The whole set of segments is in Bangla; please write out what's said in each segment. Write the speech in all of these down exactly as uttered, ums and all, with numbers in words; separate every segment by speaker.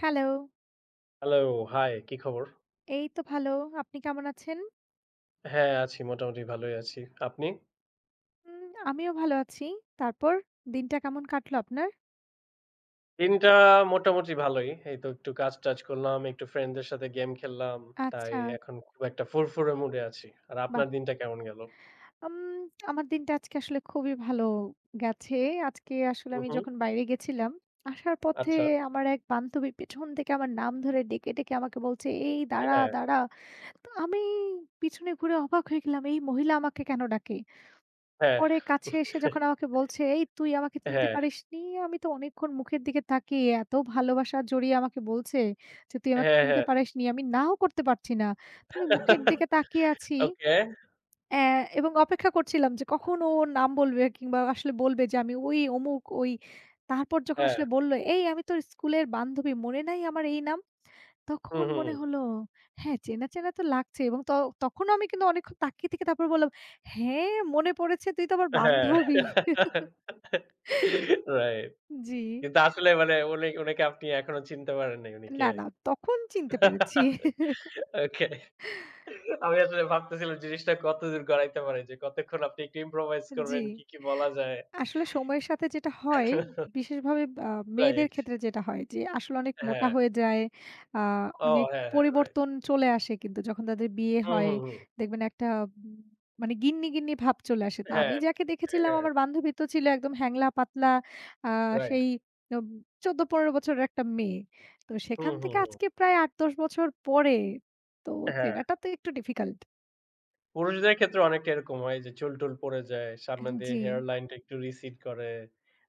Speaker 1: হ্যালো,
Speaker 2: হ্যালো, হাই, কি খবর?
Speaker 1: এই তো ভালো। আপনি কেমন আছেন?
Speaker 2: হ্যাঁ, আছি মোটামুটি ভালোই আছি। আপনি?
Speaker 1: উম আমিও ভালো আছি। তারপর দিনটা কেমন কাটলো আপনার?
Speaker 2: দিনটা মোটামুটি ভালোই। এই তো একটু কাজ-টাজ করলাম, একটু ফ্রেন্ডদের সাথে গেম খেললাম। তাই
Speaker 1: আচ্ছা,
Speaker 2: এখন খুব একটা ফুরফুরে মুডে আছি। আর
Speaker 1: বাহ!
Speaker 2: আপনার দিনটা কেমন গেল?
Speaker 1: উম আমার দিনটা আজকে আসলে খুবই ভালো গেছে। আজকে আসলে
Speaker 2: হুম,
Speaker 1: আমি
Speaker 2: হুম।
Speaker 1: যখন বাইরে গেছিলাম, আসার পথে
Speaker 2: আচ্ছা।
Speaker 1: আমার এক বান্ধবী পেছন থেকে আমার নাম ধরে ডেকে, ডেকে আমাকে বলছে, "এই দাঁড়া,
Speaker 2: হ্যাঁ,
Speaker 1: দাঁড়া।" তো আমি পিছনে ঘুরে অবাক হয়ে গেলাম, এই মহিলা আমাকে কেন ডাকে?
Speaker 2: হ্যাঁ,
Speaker 1: পরে কাছে এসে যখন আমাকে বলছে, "এই তুই আমাকে চিনতে
Speaker 2: হ্যাঁ,
Speaker 1: পারিসনি?" আমি তো অনেকক্ষণ মুখের দিকে তাকিয়ে এত ভালোবাসা জড়িয়ে আমাকে বলছে যে, "তুই আমাকে
Speaker 2: হ্যাঁ,
Speaker 1: চিনতে
Speaker 2: হ্যাঁ।
Speaker 1: পারিসনি।" আমি নাও করতে পারছি না। তো আমি মুখের দিকে তাকিয়ে আছি
Speaker 2: ওকে,
Speaker 1: অ্যা এবং অপেক্ষা করছিলাম যে কখন ও ওর নাম বলবে কিংবা আসলে বলবে যে আমি ওই অমুক ওই। তারপর যখন
Speaker 2: হ্যাঁ।
Speaker 1: আসলে বলল, "এই আমি তোর স্কুলের বান্ধবী, মনে নাই আমার এই নাম?"
Speaker 2: হুম,
Speaker 1: তখন
Speaker 2: হুম।
Speaker 1: মনে হলো হ্যাঁ, চেনা, চেনা তো লাগছে এবং ত তখনও আমি কিন্তু অনেকক্ষণ তাকিয়ে থেকে তারপর বললাম, "হ্যাঁ, মনে পড়েছে তুই তো আমার বান্ধবী।"
Speaker 2: হ্যাঁ। রাইট।
Speaker 1: জি।
Speaker 2: কিন্তু আসলে মানে উনি উনাকে আপনি এখনো চিনতে পারেন নাই উনি কে।
Speaker 1: না, না তখন চিনতে পেরেছি।
Speaker 2: ওকে। আমি আসলে ভাবতেছিলাম জিনিসটা কতদূর গড়াইতে পারে যে কতক্ষণ আপনি একটু improvise
Speaker 1: জি।
Speaker 2: করবেন, কি, কি বলা যায়?
Speaker 1: আসলে সময়ের সাথে যেটা হয় বিশেষভাবে আ মেয়েদের
Speaker 2: রাইট,
Speaker 1: ক্ষেত্রে যেটা হয় যে আসলে অনেক মোটা
Speaker 2: হ্যাঁ।
Speaker 1: হয়ে যায়। আ
Speaker 2: ও
Speaker 1: অনেক
Speaker 2: হ্যাঁ, হ্যাঁ, রাইট।
Speaker 1: পরিবর্তন চলে আসে কিন্তু যখন তাদের বিয়ে
Speaker 2: হুম,
Speaker 1: হয়
Speaker 2: হুম, হুম।
Speaker 1: দেখবেন একটা উম মানে গিন্নি, গিন্নি ভাব চলে আসে। তো আমি
Speaker 2: হ্যাঁ,
Speaker 1: যাকে দেখেছিলাম
Speaker 2: হ্যাঁ,
Speaker 1: আমার বান্ধবী তো ছিল একদম হ্যাংলা পাতলা আ
Speaker 2: রাইট।
Speaker 1: সেই উম চৌদ্দ পনেরো বছরের একটা মেয়ে। তো
Speaker 2: হুম,
Speaker 1: সেখান
Speaker 2: হুম,
Speaker 1: থেকে
Speaker 2: হুম।
Speaker 1: আজকে প্রায় আট দশ বছর পরে তো
Speaker 2: হ্যাঁ,
Speaker 1: চেনাটা তো একটু ডিফিকাল্ট।
Speaker 2: পুরুষদের ক্ষেত্রে অনেকটা এরকম হয় যে চুল-টুল পড়ে যায়, সামনে দিয়ে
Speaker 1: জি।
Speaker 2: হেয়ার লাইনটা একটু recede করে,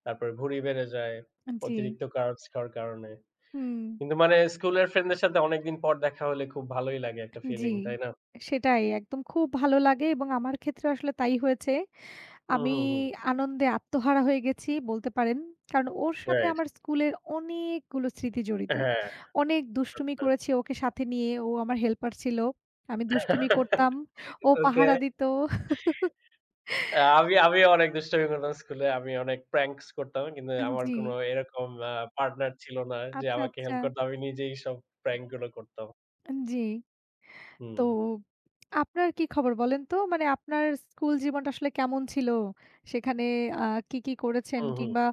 Speaker 2: তারপরে ভুঁড়ি বেড়ে যায়
Speaker 1: জি,
Speaker 2: অতিরিক্ত কার্বস খাওয়ার কারণে।
Speaker 1: হুম,
Speaker 2: কিন্তু মানে স্কুলের ফ্রেন্ডদের সাথে অনেকদিন পর দেখা হলে খুব ভালোই লাগে একটা
Speaker 1: জি।
Speaker 2: ফিলিং, তাই না?
Speaker 1: সেটাই একদম খুব ভালো লাগে এবং আমার ক্ষেত্রে আসলে তাই হয়েছে।
Speaker 2: হুম,
Speaker 1: আমি
Speaker 2: হুম, হুম।
Speaker 1: আনন্দে আত্মহারা হয়ে গেছি বলতে পারেন। কারণ ওর সাথে
Speaker 2: রাইট,
Speaker 1: আমার স্কুলের অনেকগুলো স্মৃতি জড়িত।
Speaker 2: হ্যাঁ।
Speaker 1: অনেক দুষ্টুমি করেছি ওকে সাথে নিয়ে। ও আমার হেল্পার ছিল। আমি দুষ্টুমি
Speaker 2: ওকে।
Speaker 1: করতাম। ও পাহারা দিত।
Speaker 2: আ আমি আমি অনেক দুষ্টামি করতাম স্কুলে। আমি অনেক pranks করতাম। কিন্তু আমার
Speaker 1: জি,
Speaker 2: কোন এরকম আ পার্টনার ছিল না যে
Speaker 1: আচ্ছা,
Speaker 2: আমাকে
Speaker 1: আচ্ছা।
Speaker 2: হেল্প করত। আমি নিজেই সব prank গুলো করতাম।
Speaker 1: জি।
Speaker 2: হুম।
Speaker 1: তো আপনার কি খবর বলেন তো? মানে আপনার স্কুল জীবনটা আসলে কেমন ছিল? সেখানে আ কি, কি করেছেন?
Speaker 2: হুম, হুম।
Speaker 1: কিংবা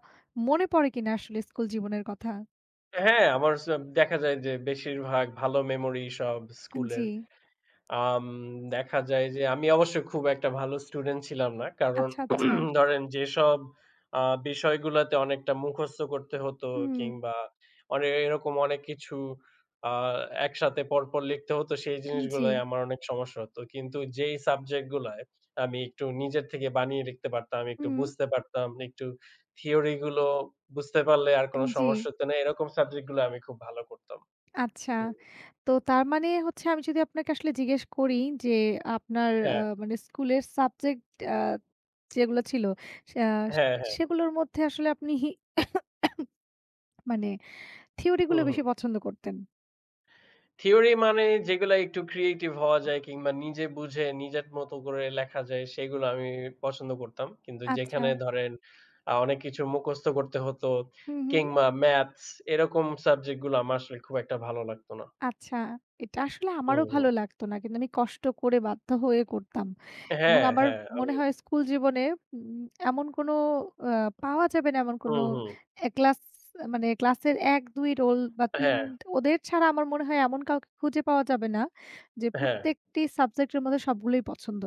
Speaker 1: মনে পড়ে কিনা আসলে স্কুল জীবনের কথা?
Speaker 2: হ্যাঁ, আমার স দেখা যায় যে বেশিরভাগ ভালো মেমোরি সব
Speaker 1: জি।
Speaker 2: স্কুলের। আম দেখা যায় যে আমি অবশ্য খুব একটা ভালো স্টুডেন্ট ছিলাম না। কারণ
Speaker 1: আচ্ছা, আচ্ছা।
Speaker 2: ধরেন যেসব আ বিষয়গুলাতে অনেকটা মুখস্থ করতে হতো
Speaker 1: হুম।
Speaker 2: কিংবা অনে এরকম অনেক কিছু আ একসাথে পরপর লিখতে হতো সেই
Speaker 1: জি।
Speaker 2: জিনিসগুলোয় আমার অনেক সমস্যা হতো। কিন্তু যেই সাবজেক্ট গুলায় আমি একটু নিজের থেকে বানিয়ে লিখতে পারতাম, একটু
Speaker 1: হুম।
Speaker 2: বুঝতে পারতাম, একটু থিওরি গুলো বুঝতে পারলে আর কোন
Speaker 1: জি।
Speaker 2: সমস্যা হতো না। এরকম সাবজেক্ট গুলো আমি খুব ভালো করতাম।
Speaker 1: আচ্ছা।
Speaker 2: হুম।
Speaker 1: তো তার মানে হচ্ছে আমি যদি আপনাকে আসলে জিজ্ঞেস করি যে আপনার আ
Speaker 2: হ্যাঁ,
Speaker 1: মানে স্কুলের সাবজেক্ট আ যেগুলো ছিল সে আ
Speaker 2: হ্যাঁ, হ্যাঁ।
Speaker 1: সেগুলোর মধ্যে আসলে আপনি হি মানে থিওরি
Speaker 2: হুম,
Speaker 1: গুলো
Speaker 2: হুম।
Speaker 1: বেশি পছন্দ করতেন।
Speaker 2: থিওরি মানে যেগুলা একটু ক্রিয়েটিভ হওয়া যায় কিংবা নিজে বুঝে নিজের মতো করে লেখা যায় সেগুলো আমি পছন্দ করতাম। কিন্তু
Speaker 1: আচ্ছা।
Speaker 2: যেখানে ধরেন আ অনেক কিছু মুখস্থ করতে হতো
Speaker 1: হুম, হুম।
Speaker 2: কিংবা ম্যাথস এরকম সাবজেক্ট গুলো আমার আসলে খুব একটা ভালো লাগতো না।
Speaker 1: আচ্ছা, এটা আসলে
Speaker 2: হুম,
Speaker 1: আমারও
Speaker 2: হুম।
Speaker 1: ভালো লাগতো না। কিন্তু আমি কষ্ট করে বাধ্য হয়ে করতাম এবং
Speaker 2: হ্যাঁ,
Speaker 1: আমার
Speaker 2: হ্যাঁ
Speaker 1: মনে
Speaker 2: আমিও।
Speaker 1: হয় স্কুল জীবনে উম এমন কোনো আ পাওয়া যাবে না এমন কোনো
Speaker 2: হুম, হুম।
Speaker 1: এ ক্লাস মানে ক্লাসের এক, দুই রোল বা তিন
Speaker 2: হ্যাঁ,
Speaker 1: ওদের ছাড়া আমার মনে হয় এমন কাউকে খুঁজে পাওয়া যাবে না যে
Speaker 2: হ্যাঁ।
Speaker 1: প্রত্যেকটি সাবজেক্টের মধ্যে সবগুলোই পছন্দ।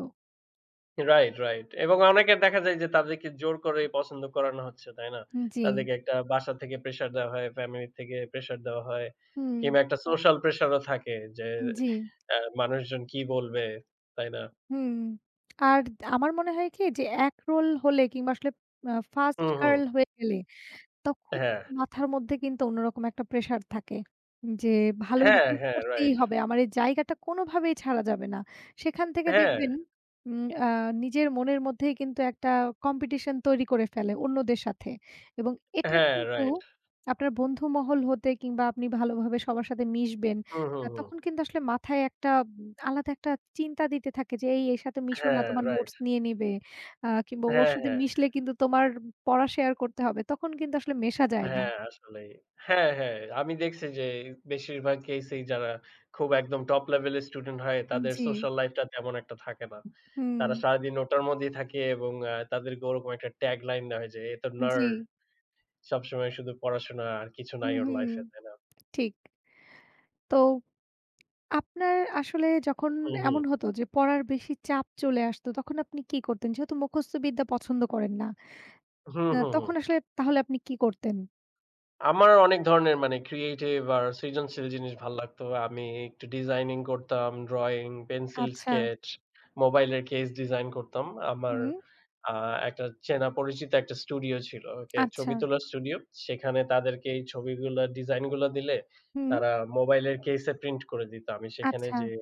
Speaker 2: Right, right. এবং অনেকের দেখা যায় যে তাদেরকে জোর করেই পছন্দ করানো হচ্ছে, তাই না?
Speaker 1: জি,
Speaker 2: তাদেরকে একটা বাসা থেকে প্রেশার দেওয়া হয়, ফ্যামিলি থেকে প্রেশার দেওয়া হয়।
Speaker 1: হুম,
Speaker 2: কিংবা একটা সোশ্যাল প্রেশার ও থাকে যে
Speaker 1: জি,
Speaker 2: অ্যা মানুষজন কি বলবে, তাই না?
Speaker 1: হুম। আর আমার মনে হয় কি যে এক রোল হলে কিংবা আসলে আ ফার্স্ট
Speaker 2: হুম, হুম।
Speaker 1: গার্ল হয়ে গেলে তখন
Speaker 2: হ্যাঁ।
Speaker 1: মাথার মধ্যে কিন্তু অন্যরকম একটা প্রেশার থাকে। যে ভালো
Speaker 2: হ্যাঁ,
Speaker 1: রেজাল্ট
Speaker 2: হ্যাঁ,
Speaker 1: করতেই
Speaker 2: রাইট।
Speaker 1: হবে। আমার এই জায়গাটা কোনোভাবেই ছাড়া যাবে না। সেখান থেকে
Speaker 2: হ্যাঁ,
Speaker 1: দেখবেন উম আ নিজের মনের মধ্যেই কিন্তু একটা কম্পিটিশন তৈরি করে ফেলে অন্যদের সাথে। এবং এটা
Speaker 2: হ্যাঁ,
Speaker 1: কিন্তু
Speaker 2: রাইট।
Speaker 1: আপনার বন্ধু মহল হতে কিংবা আপনি ভালোভাবে সবার সাথে মিশবেন।
Speaker 2: হুম, হুম,
Speaker 1: আ
Speaker 2: হুম।
Speaker 1: তখন কিন্তু আসলে মাথায় একটা উম আলাদা একটা চিন্তা দিতে থাকে যে এই এর সাথে মিশো না
Speaker 2: হ্যাঁ,
Speaker 1: তোমার
Speaker 2: রাইট।
Speaker 1: নোটস নিয়ে নিবে। আ কিংবা ওর
Speaker 2: হ্যাঁ,
Speaker 1: সাথে
Speaker 2: হ্যাঁ।
Speaker 1: মিশলে কিন্তু তোমার পড়া শেয়ার করতে হবে। তখন কিন্তু আসলে মেশা যায় না।
Speaker 2: হ্যাঁ, আসলেই। হ্যাঁ, হ্যাঁ, আমি দেখছি যে বেশিরভাগ কেসেই যারা খুব একদম টপ লেভেলের স্টুডেন্ট হয় তাদের
Speaker 1: জি,
Speaker 2: সোশ্যাল লাইফটা তেমন একটা থাকে না।
Speaker 1: হুম,
Speaker 2: তারা সারাদিন ওটার মধ্যেই থাকে এবং আ তাদেরকে ওরকম একটা ট্যাগ লাইন দেওয়া হয় যে, "এ তো
Speaker 1: জি,
Speaker 2: নার্ড। সবসময় শুধু পড়াশোনা আর কিছু
Speaker 1: হুম,
Speaker 2: নাই ওর
Speaker 1: হুম,
Speaker 2: লাইফ এ।" তাই না?
Speaker 1: ঠিক। তো আপনার আসলে যখন
Speaker 2: হুম, হুম।
Speaker 1: এমন হতো যে পড়ার বেশি চাপ চলে আসতো, তখন আপনি কি করতেন? যেহেতু মুখস্থ বিদ্যা পছন্দ করেন না।
Speaker 2: হুম,
Speaker 1: আ
Speaker 2: হুম, হুম।
Speaker 1: তখন আসলে তাহলে আপনি কি করতেন?
Speaker 2: আমার অনেক ধরনের মানে ক্রিয়েটিভ আর সৃজনশীল জিনিস ভাল লাগতো। আমি একটু ডিজাইনিং করতাম, ড্রইং, পেন্সিল
Speaker 1: আচ্ছা,
Speaker 2: স্কেচ, মোবাইলের কেস ডিজাইন করতাম। আমার
Speaker 1: হুম,
Speaker 2: আ একটা চেনা পরিচিত একটা স্টুডিও ছিল। ওকে,
Speaker 1: আচ্ছা,
Speaker 2: ছবি তোলার স্টুডিও। সেখানে তাদেরকে এই ছবিগুলা ডিজাইন গুলা দিলে
Speaker 1: হুম,
Speaker 2: তারা মোবাইলের কেসে প্রিন্ট করে দিত। আমি সেখানে
Speaker 1: আচ্ছা,
Speaker 2: যেয়ে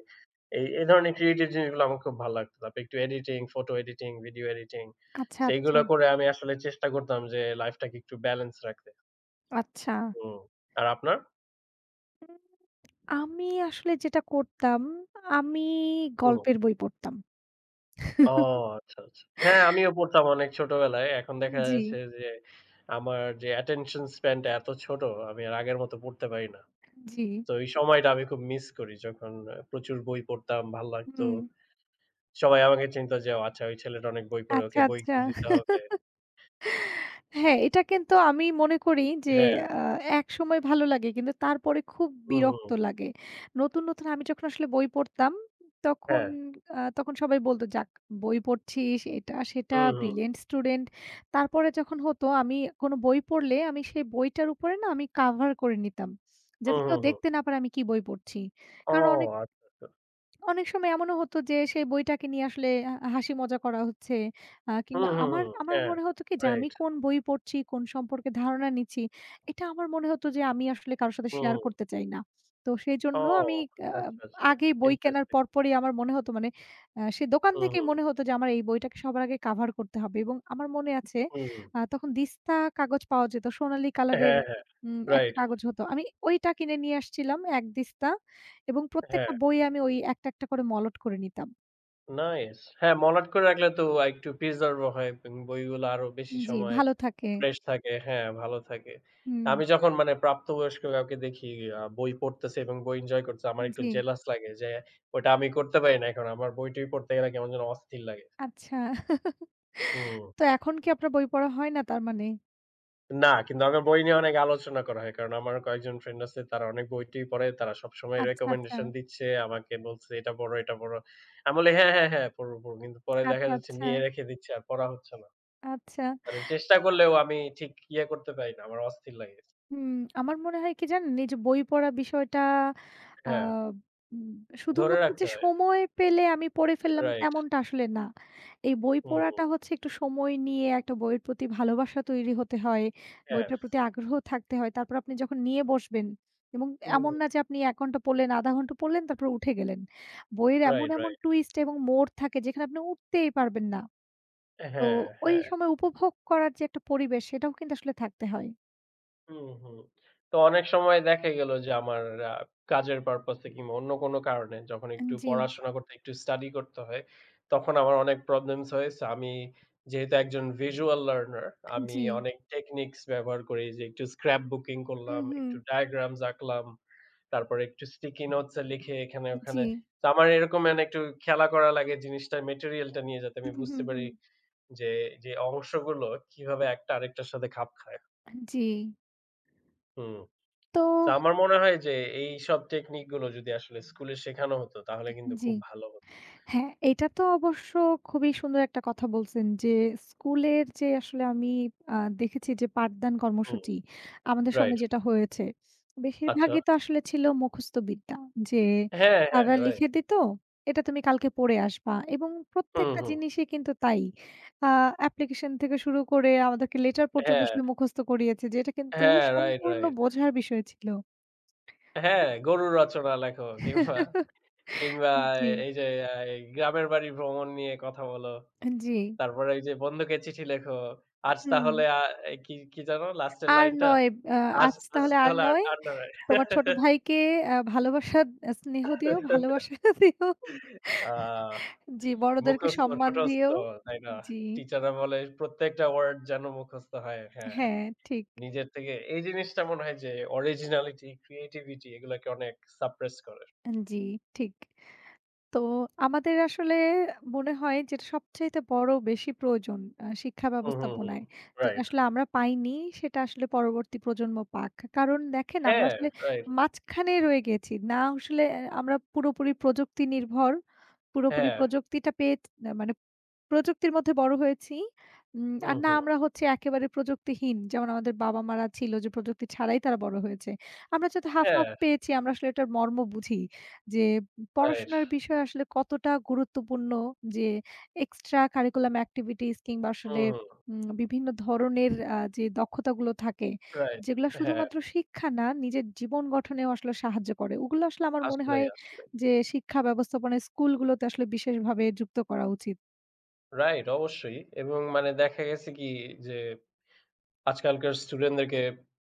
Speaker 2: এই, এই ধরনের ক্রিয়েটিভ জিনিসগুলো আমার খুব ভাল লাগতো। তারপর একটু editing, photo editing, video editing
Speaker 1: আচ্ছা, আচ্ছা,
Speaker 2: সেইগুলো করে আমি আসলে চেষ্টা করতাম যে লাইফটাকে একটু ব্যালেন্স রাখতে।
Speaker 1: আচ্ছা।
Speaker 2: হুম। আর আপনার?
Speaker 1: উম আমি আসলে যেটা করতাম, আমি
Speaker 2: হুম।
Speaker 1: গল্পের বই পড়তাম।
Speaker 2: ও আচ্ছা, আচ্ছা। হ্যাঁ, আমিও পড়তাম অনেক ছোটবেলায়। এখন দেখা
Speaker 1: জি।
Speaker 2: যাচ্ছে যে আমার যে attention span টা এত ছোট, আমি আর আগের মতো পড়তে পারি না।
Speaker 1: জি।
Speaker 2: তো এই সময়টা আমি খুব মিস করি। যখন আ প্রচুর বই পড়তাম, ভাল লাগতো।
Speaker 1: হুম।
Speaker 2: সবাই আমাকে চিনতো যে, "ও আচ্ছা ওই ছেলেটা অনেক বই পড়ে, ওকে
Speaker 1: আচ্ছা,
Speaker 2: বই
Speaker 1: আচ্ছা।
Speaker 2: গিফট দিতে হবে।"
Speaker 1: হ্যাঁ, এটা কিন্তু আমি মনে করি যে
Speaker 2: হ্যাঁ,
Speaker 1: আ একসময় ভালো লাগে কিন্তু তারপরে খুব
Speaker 2: হুম,
Speaker 1: বিরক্ত
Speaker 2: হুম।
Speaker 1: লাগে। নতুন, নতুন আমি যখন আসলে বই পড়তাম তখন
Speaker 2: হ্যাঁ,
Speaker 1: আ তখন সবাই বলত, "যাক বই পড়ছিস, এটা সেটা
Speaker 2: হুম, হুম,
Speaker 1: ব্রিলিয়ান্ট স্টুডেন্ট।" তারপরে যখন হতো আমি কোনো বই পড়লে আমি সেই বইটার উপরে না আমি কাভার করে নিতাম।
Speaker 2: হুম,
Speaker 1: যাতে
Speaker 2: হুম,
Speaker 1: কেউ
Speaker 2: হুম।
Speaker 1: দেখতে না পারে আমি কি বই পড়ছি।
Speaker 2: ও
Speaker 1: কারণ অনেক
Speaker 2: আচ্ছা, আচ্ছা।
Speaker 1: অনেক সময় এমনও হতো যে সেই বইটাকে নিয়ে আসলে আ হাসি মজা করা হচ্ছে। আ
Speaker 2: হুম,
Speaker 1: কিংবা
Speaker 2: হুম,
Speaker 1: আমার
Speaker 2: হুম।
Speaker 1: আমার
Speaker 2: হ্যাঁ,
Speaker 1: মনে হতো কি যে আমি
Speaker 2: রাইট।
Speaker 1: কোন বই পড়ছি, কোন সম্পর্কে ধারণা নিচ্ছি, এটা আমার মনে হতো যে আমি আসলে কারো সাথে শেয়ার
Speaker 2: হুম।
Speaker 1: করতে চাই না। তো
Speaker 2: ও
Speaker 1: সেজন্য আমি আ
Speaker 2: আচ্ছা, আচ্ছা।
Speaker 1: আগেই বই কেনার
Speaker 2: ইন্টারেস্টিং।
Speaker 1: পরপরই আমার মনে হতো মানে আ সে দোকান
Speaker 2: হুম,
Speaker 1: থেকেই
Speaker 2: হুম,
Speaker 1: মনে হতো যে আমার এই বইটাকে সবার আগে কাভার করতে হবে এবং আমার মনে আছে
Speaker 2: হুম।
Speaker 1: আ তখন দিস্তা কাগজ পাওয়া যেত সোনালী কালারের
Speaker 2: হ্যাঁ, হ্যাঁ।
Speaker 1: উম একটা
Speaker 2: রাইট।
Speaker 1: কাগজ হতো। আমি ওইটা কিনে নিয়ে আসছিলাম এক দিস্তা। এবং
Speaker 2: হ্যাঁ,
Speaker 1: প্রত্যেকটা বই আমি ওই একটা, একটা করে মলট করে নিতাম।
Speaker 2: নাইস। হ্যাঁ, মলাট করে রাখলে তো একটু প্রিজার্ভ ও হয় এবং বইগুলো আরো বেশি
Speaker 1: জি,
Speaker 2: সময়
Speaker 1: ভালো থাকে।
Speaker 2: ফ্রেশ থাকে। হ্যাঁ, ভালো থাকে।
Speaker 1: হুম।
Speaker 2: আমি যখন মানে প্রাপ্তবয়স্ক কাউকে দেখি আ বই পড়তেছে এবং বই এনজয় করছে, আমার একটু
Speaker 1: জি,
Speaker 2: জেলাস লাগে যে ওটা আমি করতে পারি না এখন। আমার বই-টই পড়তে গেলে কেমন যেন অস্থির লাগে।
Speaker 1: আচ্ছা।
Speaker 2: হুম।
Speaker 1: তো এখন কি আপনার বই পড়া হয় না তার মানে?
Speaker 2: না, কিন্তু আমার বই নিয়ে অনেক আলোচনা করা হয়। কারণ আমার কয়েকজন ফ্রেন্ড আছে তারা অনেক বই-টই পড়ে। তারা সবসময়
Speaker 1: আচ্ছা, আচ্ছা।
Speaker 2: রিকমেন্ডেশন দিচ্ছে। আমাকে বলছে, "এটা পড়ো, এটা পড়ো।" আমি বলি, "হ্যাঁ, হ্যাঁ, হ্যাঁ, পড়বো, পড়বো।" কিন্তু পরে দেখা
Speaker 1: আচ্ছা,
Speaker 2: যাচ্ছে
Speaker 1: আচ্ছা,
Speaker 2: নিয়ে রেখে দিচ্ছে আর পড়া হচ্ছে না।
Speaker 1: আচ্ছা।
Speaker 2: মানে চেষ্টা করলেও আমি ঠিক ইয়ে করতে পারি না। আমার অস্থির লাগে।
Speaker 1: হুম, আমার মনে হয় কি জানেন? এই যে বই পড়া বিষয়টা আ
Speaker 2: হ্যাঁ,
Speaker 1: উম
Speaker 2: ধরে
Speaker 1: শুধুমাত্র
Speaker 2: রাখতে
Speaker 1: যে
Speaker 2: হয়।
Speaker 1: সময় পেলে আমি পড়ে ফেললাম
Speaker 2: রাইট।
Speaker 1: তেমনটা আসলে না। এই বই
Speaker 2: হুম,
Speaker 1: পড়াটা হচ্ছে একটু সময় নিয়ে একটা বইয়ের প্রতি ভালোবাসা তৈরি হতে হয়।
Speaker 2: হ্যাঁ।
Speaker 1: বইটার প্রতি আগ্রহ থাকতে হয়। তারপর আপনি যখন নিয়ে বসবেন এবং
Speaker 2: হুম,
Speaker 1: এমন না যে আপনি এক ঘন্টা পড়লেন, শূন্য দশমিক পাঁচ ঘন্টা পড়লেন তারপর উঠে গেলেন। বইয়ের এমন,
Speaker 2: রাইট,
Speaker 1: এমন
Speaker 2: রাইট।
Speaker 1: টুইস্ট এবং মোড় থাকে যেখানে আপনি উঠতেই পারবেন না। তো
Speaker 2: হ্যাঁ,
Speaker 1: ওই
Speaker 2: হ্যাঁ।
Speaker 1: সময় উপভোগ করার যে একটা পরিবেশ সেটাও কিন্তু আসলে থাকতে হয়।
Speaker 2: হুম, হুম। তো অনেক সময় দেখা গেল যে আমার আ কাজের পারপাস এ কিংবা অন্য কোনো কারণে যখন একটু
Speaker 1: জি,
Speaker 2: পড়াশোনা করতে, একটু স্টাডি করতে হয়, তখন আমার অনেক প্রবলেমস হয়েছে। আমি যেহেতু একজন visual learner, আমি
Speaker 1: জি।
Speaker 2: অনেক টেকনিকস ব্যবহার করি যে একটু স্ক্র্যাপ বুকিং
Speaker 1: হুম,
Speaker 2: করলাম,
Speaker 1: হুম।
Speaker 2: একটু ডায়াগ্রামস আঁকলাম, তারপরে একটু স্টিকি নোটস এ লিখে এখানে
Speaker 1: জি।
Speaker 2: ওখানে। তো আমার এরকম মানে একটু খেলা করা লাগে জিনিসটার মেটেরিয়াল টা নিয়ে যাতে আমি
Speaker 1: হুম, হুম,
Speaker 2: বুঝতে পারি
Speaker 1: হুম।
Speaker 2: যে, যে অংশগুলো কিভাবে একটা আরেকটার সাথে খাপ খায়।
Speaker 1: জি।
Speaker 2: হুম।
Speaker 1: তো
Speaker 2: তো আমার মনে হয় যে এইসব টেকনিক গুলো যদি আসলে স্কুলে শেখানো হতো তাহলে কিন্তু
Speaker 1: জি।
Speaker 2: খুব ভালো হতো।
Speaker 1: হ্যাঁ, এটা তো অবশ্য খুবই সুন্দর একটা কথা বলছেন যে স্কুলের যে আসলে আমি আ দেখেছি যে পাঠদান
Speaker 2: হুম,
Speaker 1: কর্মসূচি আমাদের
Speaker 2: রাইট।
Speaker 1: সময় যেটা হয়েছে,
Speaker 2: আচ্ছা।
Speaker 1: বেশিরভাগই তো আসলে ছিল মুখস্থ বিদ্যা। যে
Speaker 2: হ্যাঁ, হ্যাঁ,
Speaker 1: স্যাররা
Speaker 2: রাইট।
Speaker 1: লিখে দিত, "এটা তুমি কালকে পড়ে আসবা" এবং
Speaker 2: হুম,
Speaker 1: প্রত্যেকটা
Speaker 2: হুম।
Speaker 1: জিনিসই কিন্তু তাই। আ অ্যাপ্লিকেশন থেকে শুরু করে আমাদেরকে লেটার পর্যন্ত
Speaker 2: হ্যাঁ,
Speaker 1: আসলে মুখস্থ করিয়েছে যে এটা কিন্তু
Speaker 2: হ্যাঁ, রাইট,
Speaker 1: সম্পূর্ণ
Speaker 2: রাইট।
Speaker 1: বোঝার বিষয় ছিল।
Speaker 2: হ্যাঁ, গরুর রচনা লেখো কিংবা কিংবা
Speaker 1: জি,
Speaker 2: এই যে আ এই গ্রামের বাড়ি ভ্রমণ নিয়ে কথা বলো।
Speaker 1: জি।
Speaker 2: তারপরে ওই যে বন্ধুকে চিঠি লেখো। আজ
Speaker 1: হুম।
Speaker 2: তাহলে আ এ কি কি যেন লাস্টের
Speaker 1: আর
Speaker 2: লাইনটা?
Speaker 1: নয় আ
Speaker 2: আজ
Speaker 1: আজ
Speaker 2: আজ
Speaker 1: তাহলে আর
Speaker 2: তাহলে আর
Speaker 1: নয়।
Speaker 2: আড্ডা নাই।
Speaker 1: তোমার ছোট ভাইকে আ ভালোবাসা আ স্নেহ দিও, ভালোবাসা দিও।
Speaker 2: আহ
Speaker 1: জি, বড়দেরকে
Speaker 2: মুখস্থ,
Speaker 1: সম্মান
Speaker 2: ঠোঁটস্থ,
Speaker 1: দিও।
Speaker 2: তাই না?
Speaker 1: জি,
Speaker 2: টিচাররা বলে প্রত্যেকটা ওয়ার্ড যেন মুখস্থ হয়। হ্যাঁ,
Speaker 1: হ্যাঁ, ঠিক।
Speaker 2: নিজের থেকে এই জিনিসটা মনে হয় যে originality, creativity এগুলাকে অনেক suppress করে।
Speaker 1: জি, ঠিক। তো আমাদের আসলে মনে হয় যেটা সবচাইতে বড় বেশি প্রয়োজন আ শিক্ষা
Speaker 2: হুম, হুম, হুম।
Speaker 1: ব্যবস্থাপনায়। যেটা
Speaker 2: রাইট।
Speaker 1: আসলে আমরা পাইনি সেটা আসলে পরবর্তী প্রজন্ম পাক। কারণ দেখেন আমরা
Speaker 2: হ্যাঁ,
Speaker 1: আসলে
Speaker 2: রাইট।
Speaker 1: মাঝখানে রয়ে গেছি। না আসলে আহ, আমরা পুরোপুরি প্রযুক্তি নির্ভর পুরোপুরি
Speaker 2: হ্যাঁ।
Speaker 1: প্রযুক্তিটা পেয়ে না মানে প্রযুক্তির মধ্যে বড় হয়েছি। উম
Speaker 2: হুম,
Speaker 1: আর না
Speaker 2: হুম।
Speaker 1: আমরা হচ্ছে একেবারে প্রযুক্তিহীন। যেমন আমাদের বাবা-মারা ছিল যে প্রযুক্তি ছাড়াই তারা বড় হয়েছে। আমরা যত হাফ,
Speaker 2: হ্যাঁ,
Speaker 1: হাফ পেয়েছি আমরা আসলে এটার মর্ম বুঝি। যে
Speaker 2: রাইট।
Speaker 1: পড়াশোনার বিষয় আসলে কতটা গুরুত্বপূর্ণ যে এক্সট্রা কারিকুলাম অ্যাক্টিভিটিস কিংবা আসলে
Speaker 2: হুম, হুম।
Speaker 1: উম বিভিন্ন ধরনের আ যে দক্ষতাগুলো থাকে,
Speaker 2: রাইট।
Speaker 1: যেগুলা
Speaker 2: হ্যাঁ,
Speaker 1: শুধুমাত্র শিক্ষা না, নিজের জীবন গঠনেও আসলে সাহায্য করে। ওগুলো আসলে আমার মনে
Speaker 2: আসলেই,
Speaker 1: হয়
Speaker 2: আসলেই।
Speaker 1: যে শিক্ষা ব্যবস্থাপনায় স্কুলগুলোতে আসলে বিশেষভাবে যুক্ত করা উচিত।
Speaker 2: রাইট, অবশ্যই। এবং মানে দেখা গেছে কি যে আজকালকার স্টুডেন্টদেরকে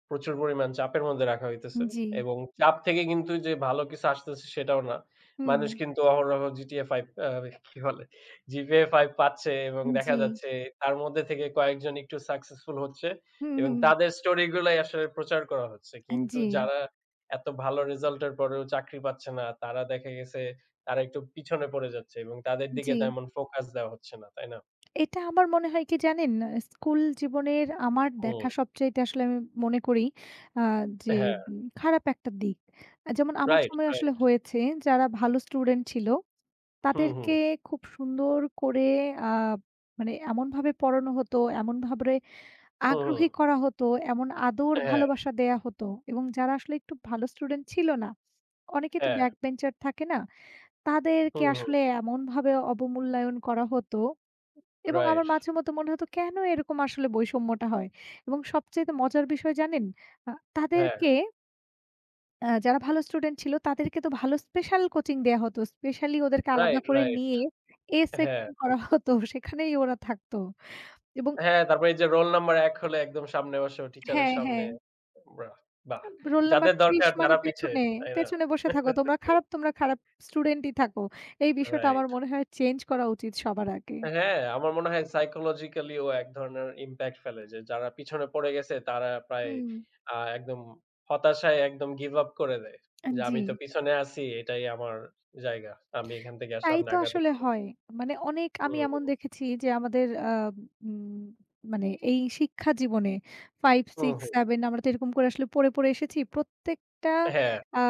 Speaker 2: প্রচুর পরিমাণ চাপের মধ্যে রাখা হইতেছে
Speaker 1: জি,
Speaker 2: এবং চাপ থেকে কিন্তু যে ভালো কিছু আসতেছে সেটাও না।
Speaker 1: হুম,
Speaker 2: মানুষ কিন্তু অহরহ জি টি এ ফাইভ আ কি বলে? জি পি এ ফাইভ পাচ্ছে এবং দেখা
Speaker 1: জি,
Speaker 2: যাচ্ছে তার মধ্যে থেকে কয়েকজন একটু সাকসেসফুল হচ্ছে
Speaker 1: হুম,
Speaker 2: এবং
Speaker 1: হুম,
Speaker 2: তাদের স্টোরি গুলাই আসলে প্রচার করা হচ্ছে। কিন্তু
Speaker 1: জি,
Speaker 2: যারা এত ভালো রেজাল্ট এর পরেও চাকরি পাচ্ছে না, তারা দেখা গেছে তারা একটু পিছনে পড়ে যাচ্ছে এবং তাদের দিকে
Speaker 1: জি।
Speaker 2: তেমন ফোকাস দেওয়া হচ্ছে না, তাই না?
Speaker 1: এটা আমার মনে হয় কি জানেন? স্কুল জীবনের আমার
Speaker 2: হুম,
Speaker 1: দেখা সবচাইতে আসলে আমি মনে করি আ যে
Speaker 2: হ্যাঁ,
Speaker 1: উম খারাপ একটা দিক। আ যেমন আমার
Speaker 2: রাইট,
Speaker 1: সময় আসলে
Speaker 2: রাইট।
Speaker 1: হয়েছে যারা ভালো স্টুডেন্ট ছিল,
Speaker 2: হুম, হুম,
Speaker 1: তাদেরকে খুব সুন্দর করে আ মানে এমনভাবে পড়ানো হতো, এমনভাবে
Speaker 2: হুম, হুম।
Speaker 1: আগ্রহী করা হতো, এমন আদর
Speaker 2: হ্যাঁ,
Speaker 1: ভালোবাসা দেয়া হতো এবং যারা আসলে একটু ভালো স্টুডেন্ট ছিল না, অনেকে তো
Speaker 2: হ্যাঁ।
Speaker 1: ব্যাক বেঞ্চার থাকে না? তাদেরকে
Speaker 2: হুম, হুম।
Speaker 1: আসলে এমনভাবে অবমূল্যায়ন করা হতো এবং
Speaker 2: রাইট।
Speaker 1: আমার মাঝে মধ্যে মনে হতো কেন এরকম আসলে বৈষম্যটা হয়? এবং সবচাইতে মজার বিষয় জানেন? আ
Speaker 2: হ্যাঁ।
Speaker 1: তাদেরকে আ যারা ভালো স্টুডেন্ট ছিল তাদেরকে তো ভালো স্পেশাল কোচিং দেয়া হতো। স্পেশালি ওদেরকে আলাদা
Speaker 2: রাইট,
Speaker 1: করে
Speaker 2: রাইট।
Speaker 1: নিয়ে A
Speaker 2: হ্যাঁ।
Speaker 1: সেকশন করা হতো। সেখানেই ওরা থাকতো এবং
Speaker 2: হ্যাঁ, তারপরে এই যে রোল নাম্বার এক হলে একদম সামনে বসে টিচারের
Speaker 1: হ্যাঁ,
Speaker 2: সামনে।
Speaker 1: হ্যাঁ।
Speaker 2: বাহ! বাহ!
Speaker 1: রোল নাম্বার
Speaker 2: যাদের
Speaker 1: ত্রিশ
Speaker 2: দরকার
Speaker 1: মানে
Speaker 2: তারা পিছে,
Speaker 1: পেছনে,
Speaker 2: তাই না?
Speaker 1: পেছনে বসে থাকো। তোমরা খারাপ, তোমরা খারাপ স্টুডেন্টই থাকো। এই বিষয়টা আমার
Speaker 2: রাইট।
Speaker 1: মনে হয় চেঞ্জ করা উচিত সবার আগে।
Speaker 2: হ্যাঁ, আমার মনে হয় সাইকোলজিক্যালি ও এক ধরনের ইমপ্যাক্ট ফেলে যে যারা পিছনে পড়ে গেছে তারা প্রায়
Speaker 1: হুম,
Speaker 2: আ একদম হতাশায় একদম গিভ আপ করে দেয়।
Speaker 1: আন
Speaker 2: যে আমি
Speaker 1: জি।
Speaker 2: তো পিছনে আছি, এটাই আমার জায়গা। আমি এখান থেকে আর
Speaker 1: তাই
Speaker 2: সামনে
Speaker 1: তো
Speaker 2: আগাতে
Speaker 1: আসলে
Speaker 2: পারব না।
Speaker 1: হয়। মানে অনেক আমি
Speaker 2: হুম,
Speaker 1: এমন
Speaker 2: হুম,
Speaker 1: দেখেছি যে আমাদের আ উম মানে এই শিক্ষা জীবনে পাঁচ,
Speaker 2: হুম,
Speaker 1: ছয়,
Speaker 2: হুম।
Speaker 1: সাত আমরা তো এরকম করে আসলে পড়ে, পড়ে এসেছি। প্রত্যেকটা
Speaker 2: হ্যাঁ,
Speaker 1: আ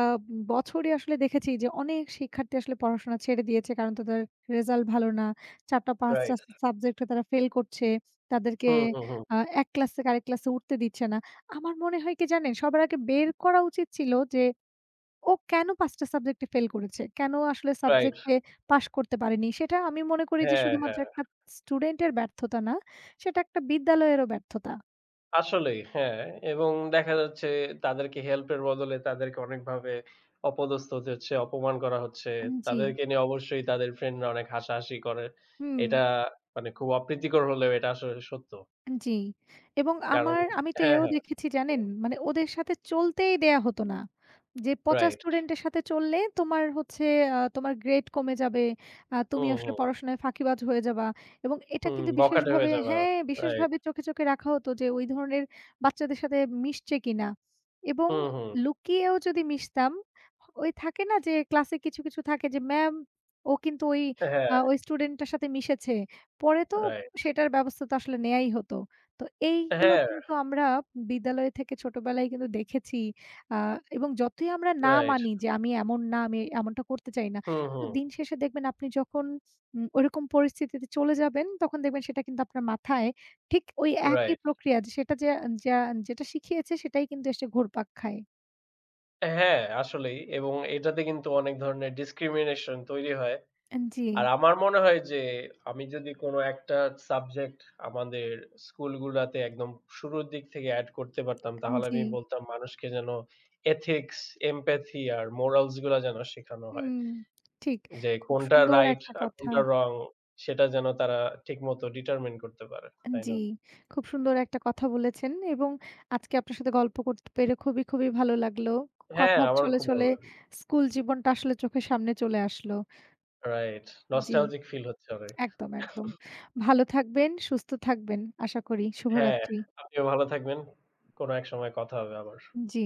Speaker 1: বছরই আসলে দেখেছি যে অনেক শিক্ষার্থী আসলে পড়াশোনা ছেড়ে দিয়েছে। কারণ তাদের রেজাল্ট ভালো না। চার টা পাঁচ টা
Speaker 2: রাইট।
Speaker 1: সাবজেক্টে তারা ফেল করছে। তাদেরকে
Speaker 2: হুম, হুম, হুম।
Speaker 1: আ এক ক্লাস থেকে আরেক ক্লাসে উঠতে দিচ্ছে না। আমার মনে হয় কি জানেন? সবার আগে বের করা উচিত ছিল যে ও কেন পাঁচ টা সাবজেক্টে ফেল করেছে? কেন আসলে
Speaker 2: রাইট।
Speaker 1: সাবজেক্টে পাস করতে পারেনি? সেটা আমি মনে করি যে
Speaker 2: হ্যাঁ,
Speaker 1: শুধুমাত্র
Speaker 2: হ্যাঁ।
Speaker 1: একটা স্টুডেন্টের ব্যর্থতা না, সেটা একটা বিদ্যালয়েরও ব্যর্থতা।
Speaker 2: আসলেই হ্যাঁ, এবং দেখা যাচ্ছে তাদেরকে হেল্পের বদলে তাদেরকে অনেকভাবে অপদস্থ হতে হচ্ছে, অপমান করা হচ্ছে।
Speaker 1: আন জি,
Speaker 2: তাদেরকে নিয়ে অবশ্যই তাদের ফ্রেন্ডরা অনেক হাসাহাসি করে।
Speaker 1: হুম।
Speaker 2: এটা মানে খুব অপ্রীতিকর হলেও এটা আসলে সত্য।
Speaker 1: জি। এবং
Speaker 2: কারণ
Speaker 1: আমার আমি তো
Speaker 2: হ্যাঁ,
Speaker 1: এও
Speaker 2: হ্যাঁ।
Speaker 1: দেখেছি জানেন,
Speaker 2: হুম,
Speaker 1: মানে ওদের সাথে চলতেই দেয়া হতো না। যে পচা
Speaker 2: রাইট।
Speaker 1: স্টুডেন্টের সাথে চললে তোমার হচ্ছে আ তোমার গ্রেড কমে যাবে। আ তুমি
Speaker 2: হুম,
Speaker 1: আসলে
Speaker 2: হুম,
Speaker 1: পড়াশোনায় ফাঁকিবাজ হয়ে যাবা। এবং এটা
Speaker 2: হুম,
Speaker 1: কিন্তু
Speaker 2: বখাটে
Speaker 1: বিশেষভাবে
Speaker 2: হয়ে যাওয়া।
Speaker 1: হ্যাঁ,
Speaker 2: রাইট।
Speaker 1: বিশেষভাবে চোখে, চোখে রাখা হতো যে ওই ধরনের বাচ্চাদের সাথে মিশছে কিনা। এবং
Speaker 2: হুম, হুম।
Speaker 1: লুকিয়েও যদি মিশতাম, ওই থাকে না যে ক্লাসে কিছু, কিছু থাকে যে ম্যাম ও কিন্তু ওই
Speaker 2: হ্যাঁ,
Speaker 1: আ ওই স্টুডেন্টটার সাথে মিশেছে। পরে তো
Speaker 2: রাইট।
Speaker 1: সেটার ব্যবস্থা তো আসলে নেয়াই হতো। তো এইগুলো
Speaker 2: হ্যাঁ,
Speaker 1: কিন্তু আমরা বিদ্যালয় থেকে ছোটবেলায় কিন্তু দেখেছি। আ এবং যতই আমরা না
Speaker 2: রাইট।
Speaker 1: মানি যে আমি এমন না, আমি এমনটা করতে চাই না।
Speaker 2: হুম,
Speaker 1: কিন্তু
Speaker 2: হুম,
Speaker 1: দিন শেষে দেখবেন আপনি যখন উম ওইরকম পরিস্থিতিতে চলে যাবেন তখন দেখবেন সেটা কিন্তু আপনার মাথায় ঠিক ওই একই
Speaker 2: রাইট।
Speaker 1: প্রক্রিয়া যে সেটা যে যা যেটা শিখিয়েছে সেটাই কিন্তু এসে ঘুরপাক খায়।
Speaker 2: হ্যাঁ, আসলেই এবং এটাতে কিন্তু অনেক ধরনের ডিসক্রিমিনেশন তৈরি হয়।
Speaker 1: আন জি।
Speaker 2: আর আমার মনে হয় যে আমি যদি কোনো একটা সাবজেক্ট আমাদের স্কুলগুলাতে একদম শুরুর দিক থেকে এড করতে পারতাম, তাহলে
Speaker 1: জি,
Speaker 2: আমি বলতাম মানুষকে যেন এথিক্স, এমপ্যাথি আর মোরালস গুলা যেন শেখানো হয়।
Speaker 1: হুম, ঠিক।
Speaker 2: যে
Speaker 1: খুব
Speaker 2: কোনটা
Speaker 1: সুন্দর
Speaker 2: রাইট
Speaker 1: একটা
Speaker 2: আর
Speaker 1: কথা।
Speaker 2: কোনটা রং সেটা যেন তারা ঠিকমতো ডিটারমাইন করতে পারে। তাই
Speaker 1: জি,
Speaker 2: না?
Speaker 1: খুব সুন্দর একটা কথা বলেছেন এবং আজকে আপনার সাথে গল্প করতে পেরে খুবই, খুবই ভালো লাগলো।
Speaker 2: হ্যাঁ,
Speaker 1: কথার
Speaker 2: আমারও
Speaker 1: ছলে,
Speaker 2: খুব ভালো
Speaker 1: ছলে
Speaker 2: লাগলো।
Speaker 1: স্কুল জীবনটা আসলে চোখের সামনে চলে আসলো।
Speaker 2: রাইট।
Speaker 1: জি,
Speaker 2: নস্টালজিক ফিল হচ্ছে অনেক।
Speaker 1: একদম, একদম। ভালো থাকবেন, সুস্থ থাকবেন আশা করি।
Speaker 2: হ্যাঁ,
Speaker 1: শুভরাত্রি।
Speaker 2: আপনিও ভালো থাকবেন। কোনো এক সময় কথা হবে আবার।
Speaker 1: জি।